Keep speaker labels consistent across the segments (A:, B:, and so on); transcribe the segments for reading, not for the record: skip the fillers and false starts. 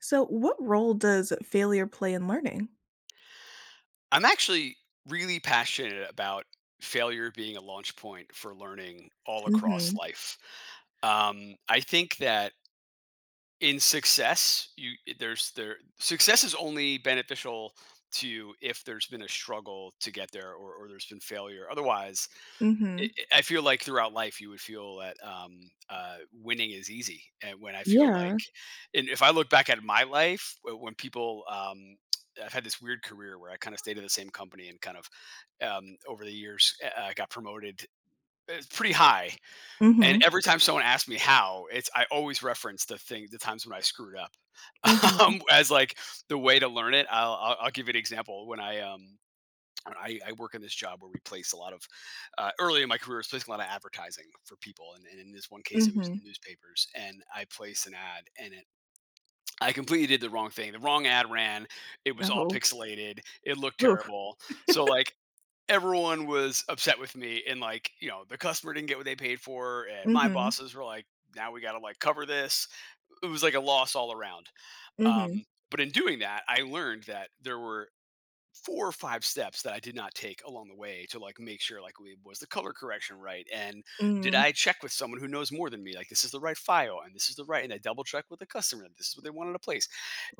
A: So, what role does failure play in learning?
B: I'm actually really passionate about failure being a launch point for learning all across
A: Mhm.
B: life. I think that in success, you eh, there's there success is only beneficial to you if there's been a struggle to get there or there's been failure. Otherwise, i
A: Mhm.
B: I feel like throughout life you would feel that winning is easy. And when I feel
A: Yeah.
B: like, and if I look back at my life, when people I've had this weird career where I kind of stayed at the same company and kind of over the years got promoted it's pretty high. And
A: Mhm.
B: every time someone asks me how, it's I always reference the thing, the times when I screwed up,
A: Mhm.
B: as like the way to learn it. I'll give you an example. When I work in this job where we place a lot of early in my career, I was placing a lot of advertising for people, and in this one case, it was
A: Mhm.
B: newspapers. And I placed an ad, and it I completely did the wrong thing. The wrong ad ran. It was all
A: Oh,
B: pixelated. It looked
A: oof.
B: terrible. So like everyone was upset with me and like you know the customer didn't get what they paid for and my
A: Mhm.
B: bosses were like now we got to like cover this it was like a loss all around
A: Mhm.
B: um but in doing that I learned that there were 4 or 5 steps that I did not take along the way to like make sure like we was the color correction right and did
A: Mm.
B: I check with someone who knows more than me like this is the right file and this is the right and I double check with the customer that this is what they wanted to place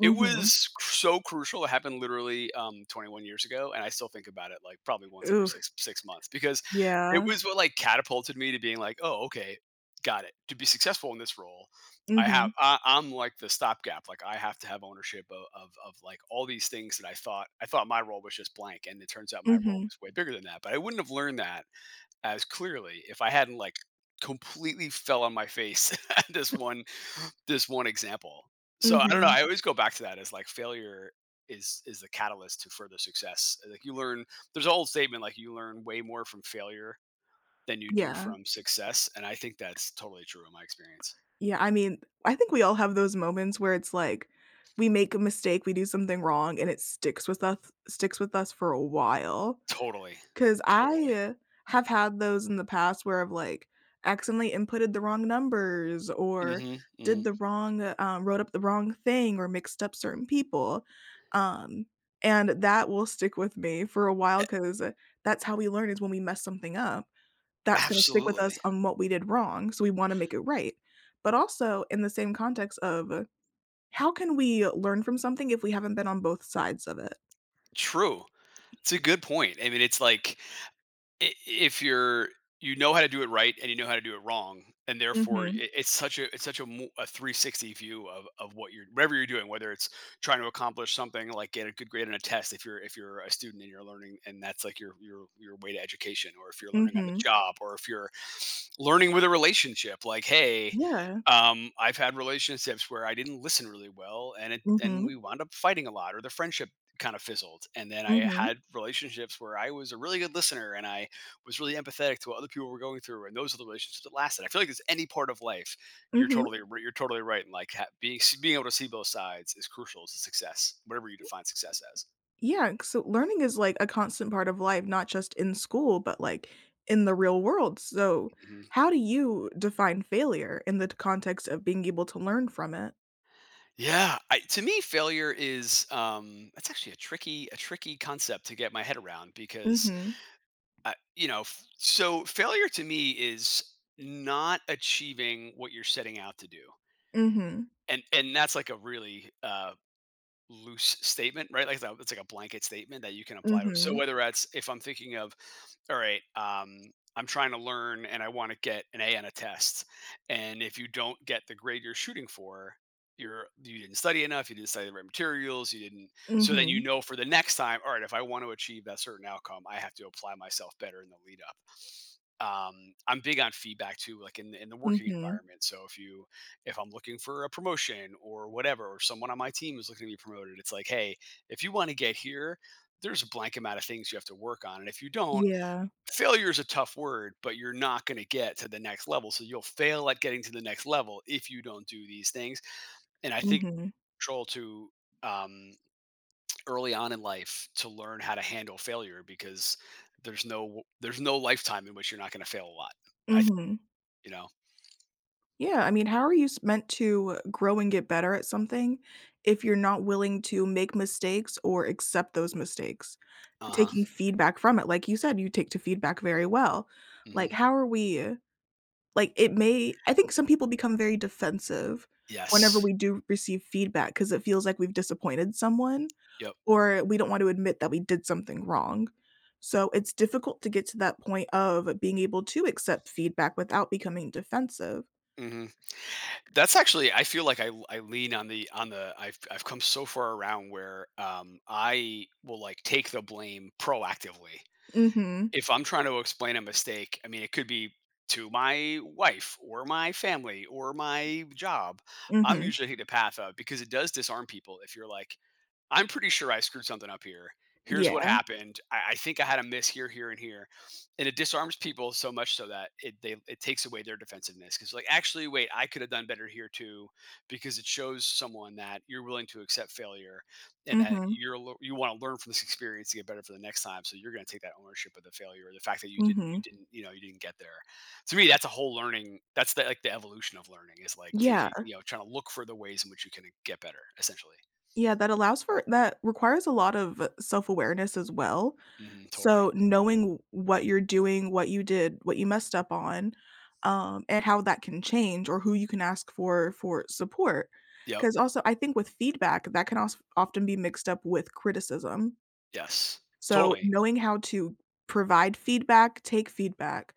B: it was cr so crucial. It happened literally, 21 years ago, and I still think about it, like, probably once every
A: Ooh,
B: 6 months because it
A: yeah.
B: was what, like, catapulted me to being like, "Oh, okay, got it. To be successful in this role, I have
A: Mhm.
B: I I'm like the stopgap, like, I have to have ownership o of, like, all these things that I thought my role was just blank, and it turns out my role
A: Mhm.
B: was way bigger than that, but I wouldn't have learned that as clearly if I hadn't, like, completely fell on my face at this one example. So I don't know.
A: Mhm.
B: I always go back to that as like failure is the catalyst to further success. Like you learn, there's an old statement like you learn way more from failure than you do
A: Yeah.
B: from success, and I think that's totally true in my experience.
A: Yeah, I mean, I think we all have those moments where it's like we make a mistake, we do something wrong, and it sticks with us for a while.
B: Totally,
A: 'Cause I,
B: totally.
A: uh, have had those in the past where I've, like, accidentally inputted the wrong numbers or
B: Hmm hmm.
A: did the wrong, wrote up the wrong thing or mixed up certain people, um, and that will stick with me for a while. Cause that's how we learn is when we mess something up. That's gonna stick with us
B: Absolutely.
A: on what we did wrong, so we wanna make it right. But also in the same context of how can we learn from something if we haven't been on both sides of it?
B: True. It's a good point. I mean, it's like if you're you know how to do it right and you know how to do it wrong and therefore
A: Mhm,
B: it's such a 360 view of what you're whatever you're doing whether it's trying to accomplish something like get a good grade on a test if you're a student and you're learning and that's like your way to education or if you're learning on the
A: mhm.
B: job or if you're learning with a relationship like hey
A: Yeah.
B: I've had relationships where I didn't listen really well, and
A: Mhm,
B: we wound up fighting a lot, or the friendship kind of fizzled. And then I
A: mhm.
B: had relationships where I was a really good listener, and I was really empathetic to what other people were going through, and those are the relationships that lasted. I feel like there's any part of life,
A: Mhm.
B: you're totally right, and like being able to see both sides is crucial to success, whatever you define success as.
A: Yeah, so learning is, like, a constant part of life, not just in school, but, like, in the real world, so
B: Mhm.
A: how do you define failure in the context of being able to learn from it?
B: Yeah, I, to me, failure is that's actually a tricky concept to get my head around because
A: Mhm.
B: you know, so failure to me is not achieving what you're setting out to do,
A: Mhm.
B: and that's like a really loose statement, right? Like that, it's like a blanket statement that you can apply to. So
A: Mhm.
B: whether that's if I'm thinking of, all right, I'm trying to learn and I want to get an A on a test, and if you don't get the grade you're shooting for, you didn't study enough, you didn't study the right materials, you didn't. So then you
A: Mhm.
B: know for the next time, all right, if I want to achieve that certain outcome, I have to apply myself better in the lead up. I'm big on feedback too, like in the working
A: Mhm.
B: environment. So if I'm looking for a promotion or whatever, or someone on my team is looking to be promoted, it's like, hey, if you want to get here, there's a blank amount of things you have to work on. And if you don't,
A: Yeah.
B: failure is a tough word, but you're not going to get to the next level. So you'll fail at getting to the next level if you don't do these things. And I think
A: Mhm.
B: control to um, early on in life to learn how to handle failure because there's no lifetime in which you're not going to fail a lot. I th-
A: Mhm.
B: you know.
A: Yeah, I mean, how are you s meant to grow and get better at something if you're not willing to make mistakes or accept those mistakes?
B: Uh huh.
A: Taking feedback from it, like you said, you take to feedback very well. Like,
B: Hmm.
A: how are we like, it may I think some people become very defensive whenever
B: Yes.
A: we do receive feedback because it feels like we've disappointed someone
B: Yep.
A: or we don't want to admit that we did something wrong. So, it's difficult to get to that point of being able to accept feedback without becoming defensive.
B: Mhm. That's actually I feel like I. I lean on the I've come so far around where, I will, like, take the blame proactively.
A: Mhm.
B: If I'm trying to explain a mistake, I mean, it could be to my wife or my family or my job. I'm
A: Mhm.
B: usually taking the path of because it does disarm people if you're like, I'm pretty sure I screwed something up here. Here's what
A: Yeah.
B: happened. I think I had a miss here, here, and here. And it disarms people so much so that it takes away their defensiveness. Because like, actually, wait, I could have done better here too, because it shows someone that you're willing to accept failure and that
A: Mhm.
B: you're you want to learn from this experience to get better for the next time. So you're going to take that ownership of the failure or the fact that
A: Mhm.
B: you know you didn't get there. To me, that's a whole learning. That's the, like the evolution of learning is like
A: Yeah.
B: taking you know trying to look for the ways in which you can get better essentially.
A: Yeah, that allows for that requires a lot of self-awareness as well.
B: Hmm, totally.
A: So, knowing what you're doing, what you did, what you messed up on, and how that can change or who you can ask for support.
B: Yep.
A: Because also, I think with feedback, that can also often be mixed up with criticism.
B: Yes.
A: So,
B: Totally.
A: knowing how to provide feedback, take feedback,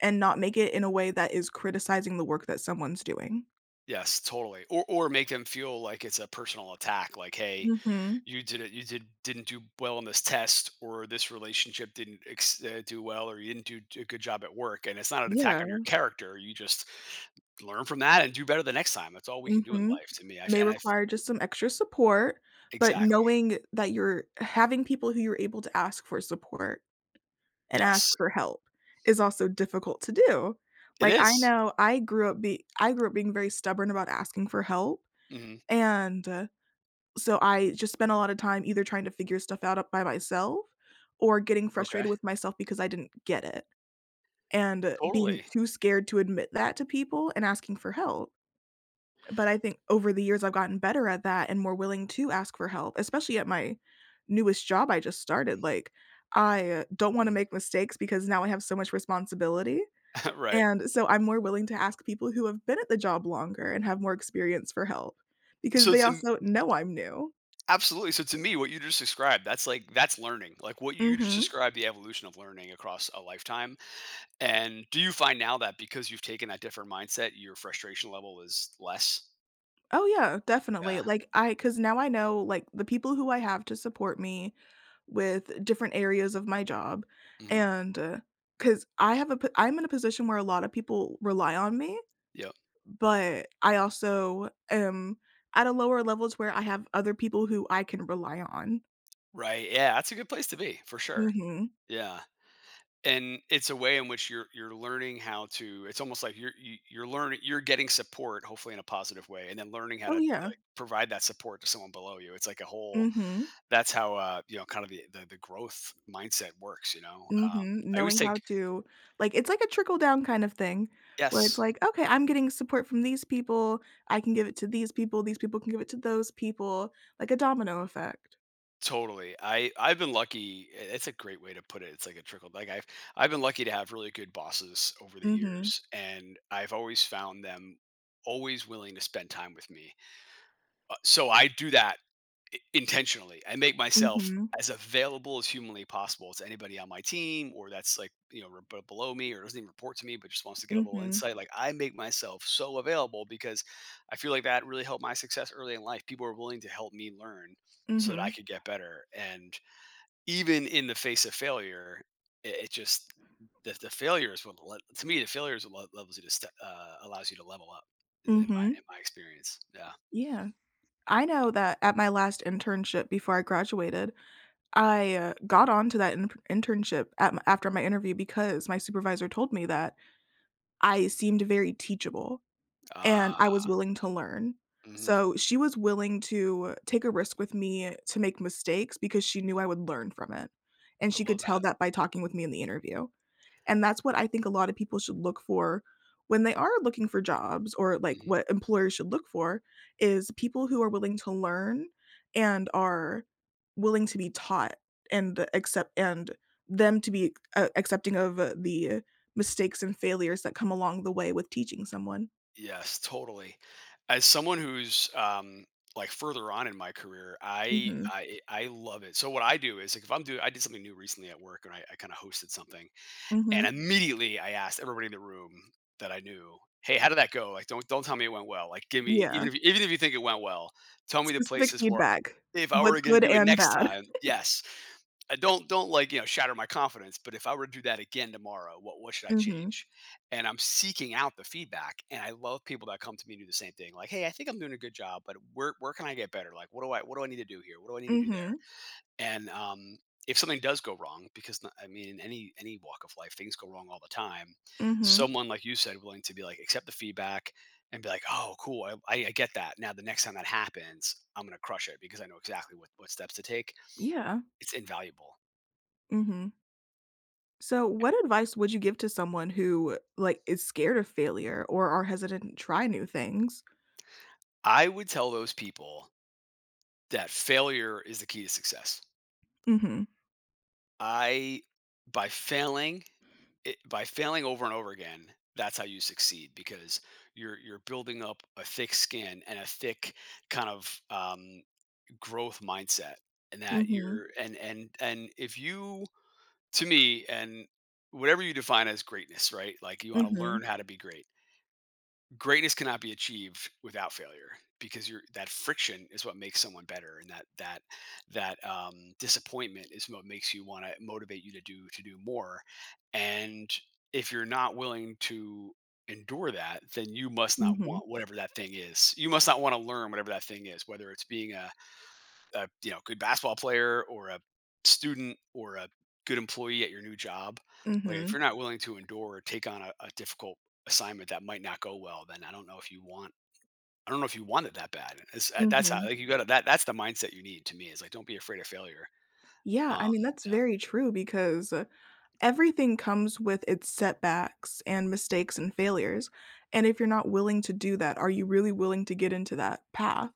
A: and not make it in a way that is criticizing the work that someone's doing.
B: Yes, totally. Or make them feel like it's a personal attack, like, "Hey,
A: Mhm.
B: you did it. You did didn't do well in this test, or this relationship didn't do well, or you didn't do a good job at work." And it's not an attack on
A: Yeah.
B: your character. You just learn from that and do better the next time. That's all we can do in
A: Mhm.
B: life, to me. I f-
A: May
B: and I f-
A: require just some extra support, but
B: exactly.
A: knowing that you're having people who you're able to ask for support and ask
B: Yes,
A: for help is also difficult to do.
B: it
A: Like, I
B: is.
A: know I grew up being very stubborn about asking for help,
B: Mhm.
A: and, so I just spent a lot of time either trying to figure stuff out up by myself or getting frustrated
B: Okay.
A: with myself because I didn't get it, and being
B: Totally.
A: too scared to admit that to people and asking for help. But I think over the years, I've gotten better at that and more willing to ask for help, especially at my newest job I just started. Like, I don't want to
B: Mhm.
A: make mistakes because now I have so much responsibility.
B: right.
A: And so I'm more willing to ask people who have been at the job longer and have more experience for help because
B: So
A: they
B: it's
A: also know I'm new.
B: Absolutely. So to me, what you just described, that's like that's learning. Like what you just
A: Mhm.
B: described, the evolution of learning across a lifetime. And do you find now that because you've taken that different mindset, your frustration level is less?
A: Oh, yeah, definitely,
B: Yeah.
A: like, I, cause now I know, like, the people who I have to support me with different areas of my job,
B: Hmm.
A: and, cause I'm in a position where a lot of people rely on me,
B: Yep.
A: but I also am at a lower levels where I have other people who I can rely on.
B: Right. Yeah. That's a good place to be for sure.
A: Mhm.
B: Yeah. And it's a way in which you're learning how to. It's almost like you're learning you're getting support, hopefully in a positive way, and then learning how to
A: Oh,
B: like,
A: yeah.
B: provide that support to someone below you. It's like a whole
A: Mhm.
B: That's how, you know, kind of the growth mindset works, you know.
A: Mhm,
B: I always
A: knowing how
B: think
A: to like, it's like a trickle down kind of thing where it's
B: yes,
A: like, "Okay, I'm getting support from these people, I can give it to these people can give it to those people," like a domino effect.
B: totally. I I've been lucky. It's a great way to put it. It's like a trickle. Like I've been lucky to have really good bosses over the
A: Mhm,
B: years, and I've always found them always willing to spend time with me. So I do that intentionally. I make myself
A: mhm,
B: as available as humanly possible to anybody on my team or that's like, you know, below me or doesn't even report to me, but just wants to get a little
A: mhm,
B: insight. Like I make myself so available because I feel like that really helped my success early in life. People were willing to help me learn so that I
A: mhm,
B: could get better. And even in the face of failure, it just, the failure is what to me the failure is what levels you to allows you to level up in
A: mhm,
B: my experience yeah
A: yeah. I know that at my last internship before I graduated, I got onto that in internship at m after my interview because my supervisor told me that I seemed very teachable. And
B: uh,
A: I was willing to learn.
B: mhm.
A: So she was willing to take a risk with me to make mistakes because she knew I would learn from it, and
B: I
A: she
B: love
A: could tell
B: that.
A: that by talking with me in the interview. And that's what I think a lot of people should look for when they are looking for jobs or, like,
B: Mm-hmm.
A: what employers should look for is people who are willing to learn and are willing to be taught and accept and them to be, accepting of the mistakes and failures that come along the way with teaching someone.
B: Yes, totally. As someone who's like further on in my career, I,
A: Mhm.
B: I I love it. So what I do is like if I'm doing, I did something new recently at work, and I kind of hosted something,
A: Mhm.
B: and immediately I asked everybody in the room that I knew, "Hey, how did that go? Like, don't tell me it went well. Like, give me
A: Yeah.
B: even if you think it went well, tell me the
A: Specific
B: places where
A: feedback,
B: if I
A: both
B: were going to
A: good
B: do it
A: and
B: next
A: bad.
B: time, yes, I don't like shatter my confidence, but if I were to do that again tomorrow, what should I
A: Mhm.
B: change? And I'm seeking out the feedback, and I love people that come to me and do the same thing. Like, hey, I think I'm doing a good job, but where can I get better? Like, what do I need to do here? What do I need to do there?
A: Mhm.
B: And if something does go wrong, because I mean, in any walk of life, things go wrong all the time.
A: Mhm.
B: Someone, like you said, willing to be like accept the feedback and be like, oh, cool, I get that. Now the next time that happens, I'm gonna crush it because I know exactly what steps to take.
A: Yeah.
B: It's invaluable.
A: Mhm. So, what advice would you give to someone who, like, is scared of failure or are hesitant to try new things?
B: I would tell those people that failure is the key to success.
A: Mhm.
B: I by failing by failing over and over again, that's how you succeed because you're building up a thick skin and a thick kind of growth mindset, and that
A: Mhm.
B: you're and if you to me and whatever you define as greatness, right? Like you want to
A: Mhm.
B: learn how to be great. Greatness cannot be achieved without failure because you're that friction is what makes someone better, and that that that disappointment is what makes you want to motivate you to do more. And if you're not willing to endure that, then you must not
A: Mhm.
B: want whatever that thing is. You must not want to learn whatever that thing is, whether it's being a good basketball player or a student or a good employee at your new job. Like if
A: Mhm.
B: you're not willing to endure or take on a difficult assignment that might not go well, then I don't know if you want it that bad. It's, that's how,
A: Mhm.
B: like, you gotta, that's the mindset you need, to me, is like, don't be afraid of failure.
A: Yeah, I
B: um
A: mean, that's
B: yeah,
A: very true because everything comes with its setbacks and mistakes and failures, and if you're not willing to do that, are you really willing to get into that path?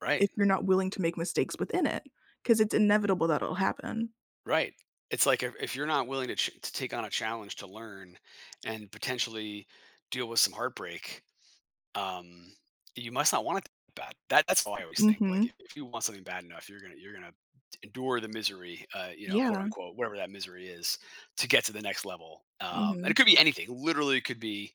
B: right,
A: If you're not willing to make mistakes within it, because it's inevitable that it'll happen.
B: right. It's like if you're not willing to, to take on a challenge to learn and potentially deal with some heartbreak. Um, you must not want it that bad. That's how I always think. Like
A: Mhm.
B: if you want something bad enough, you're gonna endure the misery, you know, quote
A: Yeah.
B: unquote, whatever that misery is, to get to the next level. And it
A: Mhm.
B: could be anything. Literally, it could be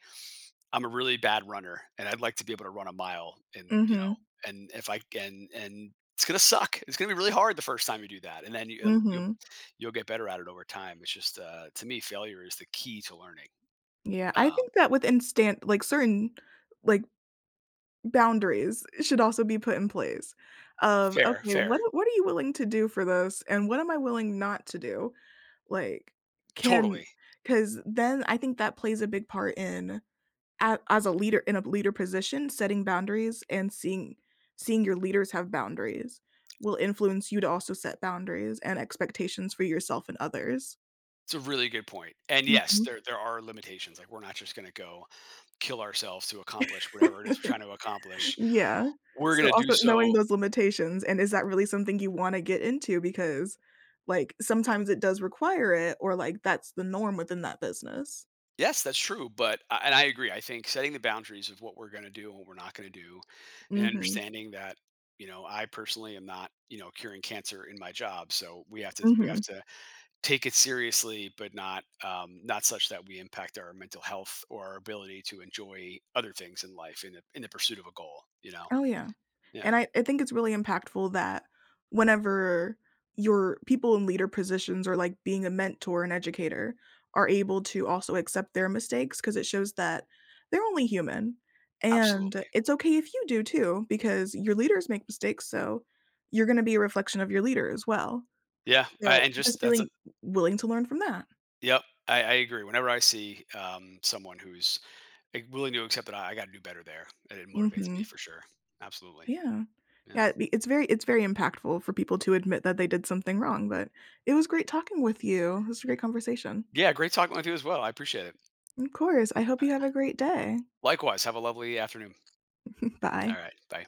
B: I'm a really bad runner, and I'd like to be able to run a mile, and you know,
A: Mhm.
B: and if I can, and it's gonna suck. It's gonna be really hard the first time you do that, and then you,
A: Mhm.
B: you'll get better at it over time. It's just to me, failure is the key to learning.
A: Yeah, I
B: Um,
A: think that within stand like, certain, like, boundaries should also be put in place of,
B: fair,
A: "Okay, what
B: fair,
A: what are you willing to do for this, and what am I willing not to do?" Like, can
B: totally.
A: because then I think that plays a big part in as a leader in a leader position, setting boundaries and seeing your leaders have boundaries will influence you to also set boundaries and expectations for yourself and others.
B: It's a really good point. And yes,
A: Mhm.
B: there are limitations. Like we're not just going to go kill ourselves to accomplish whatever it is we're trying to accomplish.
A: Yeah.
B: We're
A: So
B: going to do
A: also knowing
B: so.
A: those limitations and is that really something you wanna get into because, like, sometimes it does require it or, like, that's the norm within that business.
B: Yes, that's true. But I- and I agree. I think setting the boundaries of what we're going to do and what we're not going to do, and
A: Mhm.
B: understanding that, you know, I personally am not, you know, curing cancer in my job, so we have
A: Mhm.
B: to take it seriously, but not not such that we impact our mental health or our ability to enjoy other things in life in the pursuit of a goal. You know.
A: Oh, yeah. And
B: Yeah.
A: I think it's really impactful that whenever your people in leader positions or, like, being a mentor and educator are able to also accept their mistakes because it shows that they're only human, and
B: Absolutely.
A: it's okay if you do too because your leaders make mistakes, so you're gonna be a reflection of your leader as well.
B: Yeah, I,
A: So,
B: and just
A: just
B: that's a,
A: being willing to learn from that.
B: yep. I agree. Whenever I see someone who's like willing to accept that I got to do better there, and it motivates me
A: Mhm.
B: for sure. Absolutely.
A: Yeah.
B: Yeah.
A: Yeah, it's very impactful for people to admit that they did something wrong, but it was great talking with you. This was a great conversation.
B: Yeah. Great talking with you as well. I appreciate it.
A: Of course. I hope you have a great day.
B: Likewise. Have a lovely afternoon. All
A: Bye.
B: right. Bye.